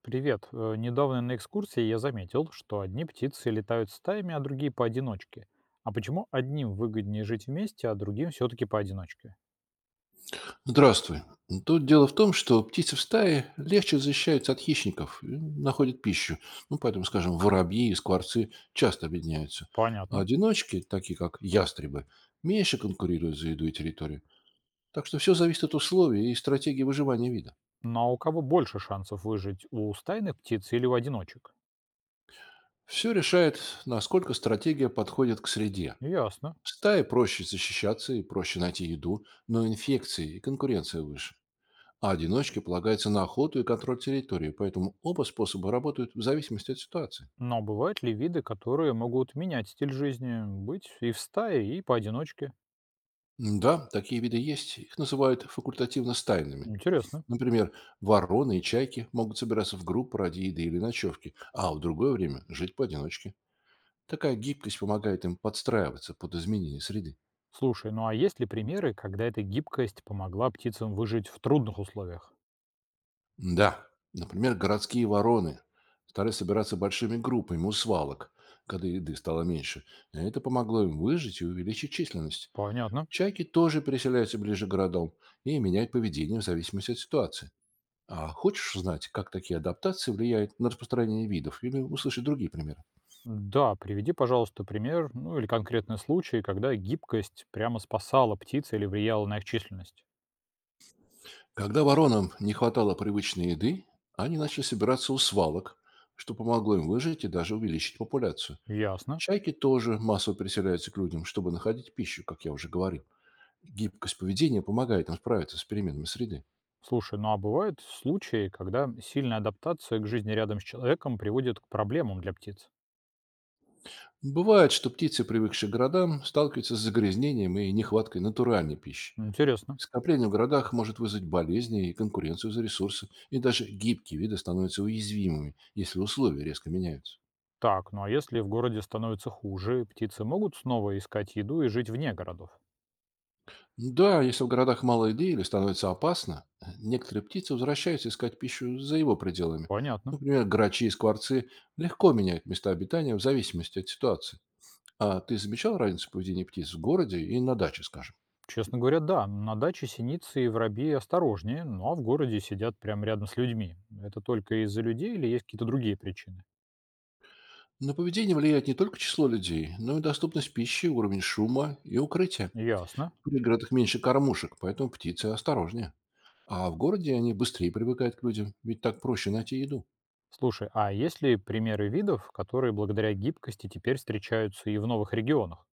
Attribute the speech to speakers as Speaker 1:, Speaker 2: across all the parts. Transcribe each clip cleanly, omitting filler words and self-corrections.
Speaker 1: Привет. Недавно на экскурсии я заметил, что одни птицы летают стаями, а другие поодиночке. А почему одним выгоднее жить вместе, а другим все-таки поодиночке?
Speaker 2: Здравствуй. Тут дело в том, что птицы в стае легче защищаются от хищников и находят пищу. Ну, поэтому, скажем, воробьи и скворцы часто объединяются. А
Speaker 1: Понятно.
Speaker 2: одиночки, такие как ястребы, меньше конкурируют за еду и территорию. Так что все зависит от условий и стратегии выживания вида.
Speaker 1: Но у кого больше шансов выжить? У стайных птиц или у одиночек?
Speaker 2: Все решает, насколько стратегия подходит к среде.
Speaker 1: Ясно.
Speaker 2: В стае проще защищаться и проще найти еду, но инфекции и конкуренция выше. А одиночке полагается на охоту и контроль территории, поэтому оба способа работают в зависимости от ситуации.
Speaker 1: Но бывают ли виды, которые могут менять стиль жизни, быть и в стае, и поодиночке?
Speaker 2: М, да, такие виды есть. Их называют факультативно стайными.
Speaker 1: Интересно.
Speaker 2: Например, вороны и чайки могут собираться в группу ради еды или ночевки, а в другое время жить поодиночке. Такая гибкость помогает им подстраиваться под изменения среды.
Speaker 1: Слушай, ну а есть ли примеры, когда эта гибкость помогла птицам выжить в трудных условиях?
Speaker 2: Да, например, городские вороны стали собираться большими группами у свалок, когда еды стало меньше. Это помогло им выжить и увеличить численность.
Speaker 1: Понятно.
Speaker 2: Чайки тоже переселяются ближе к городам и меняют поведение в зависимости от ситуации. А хочешь узнать, как такие адаптации влияют на распространение видов или услышать другие примеры?
Speaker 1: Да, приведи, пожалуйста, пример, ну или конкретный случай, когда гибкость прямо спасала птиц или влияла на их численность.
Speaker 2: Когда воронам не хватало привычной еды, они начали собираться у свалок, что помогло им выжить и даже увеличить популяцию.
Speaker 1: Ясно.
Speaker 2: Чайки тоже массово переселяются к людям, чтобы находить пищу, как я уже говорил. Гибкость поведения помогает им справиться с переменами среды.
Speaker 1: Слушай, ну а бывают случаи, когда сильная адаптация к жизни рядом с человеком приводит к проблемам для птиц.
Speaker 2: Бывает, что птицы, привыкшие к городам, сталкиваются с загрязнением и нехваткой натуральной пищи.
Speaker 1: Интересно.
Speaker 2: Скопление в городах может вызвать болезни и конкуренцию за ресурсы, и даже гибкие виды становятся уязвимыми, если условия резко меняются.
Speaker 1: Так, ну а если в городе становится хуже, птицы могут снова искать еду и жить вне городов?
Speaker 2: Да, если в городах мало еды или становится опасно, некоторые птицы возвращаются искать пищу за его пределами.
Speaker 1: Понятно.
Speaker 2: Например, грачи и скворцы легко меняют места обитания в зависимости от ситуации. А ты замечал разницу поведения птиц в городе и на даче, скажем?
Speaker 1: Честно говоря, да, на даче синицы и воробьи осторожнее, ну а в городе сидят прямо рядом с людьми. Это только из-за людей или есть какие-то другие причины?
Speaker 2: На поведение влияет не только число людей, но и доступность пищи, уровень шума и укрытия.
Speaker 1: Ясно.
Speaker 2: В пригородах меньше кормушек, поэтому птицы осторожнее. А в городе они быстрее привыкают к людям, ведь так проще найти еду.
Speaker 1: Слушай, а есть ли примеры видов, которые благодаря гибкости теперь встречаются и в новых регионах?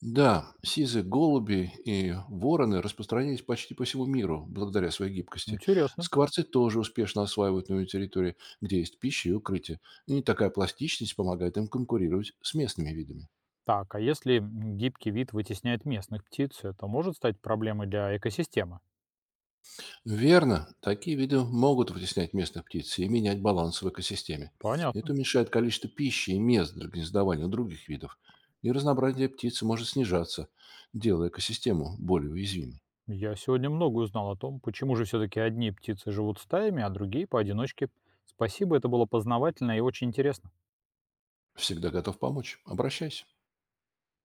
Speaker 2: Да, сизы, голуби и вороны распространились почти по всему миру благодаря своей гибкости.
Speaker 1: Интересно.
Speaker 2: Скворцы тоже успешно осваивают новые территории, где есть пища и укрытие. И такая пластичность помогает им конкурировать с местными видами.
Speaker 1: Так, а если гибкий вид вытесняет местных птиц, это может стать проблемой для экосистемы?
Speaker 2: Верно, такие виды могут вытеснять местных птиц и менять баланс в экосистеме.
Speaker 1: Понятно.
Speaker 2: Это уменьшает количество пищи и мест для гнездования у других видов, и разнообразие птиц может снижаться, делая экосистему более уязвимой.
Speaker 1: Я сегодня много узнал о том, почему же все-таки одни птицы живут стаями, а другие поодиночке. Спасибо, это было познавательно и очень интересно.
Speaker 2: Всегда готов помочь. Обращайся.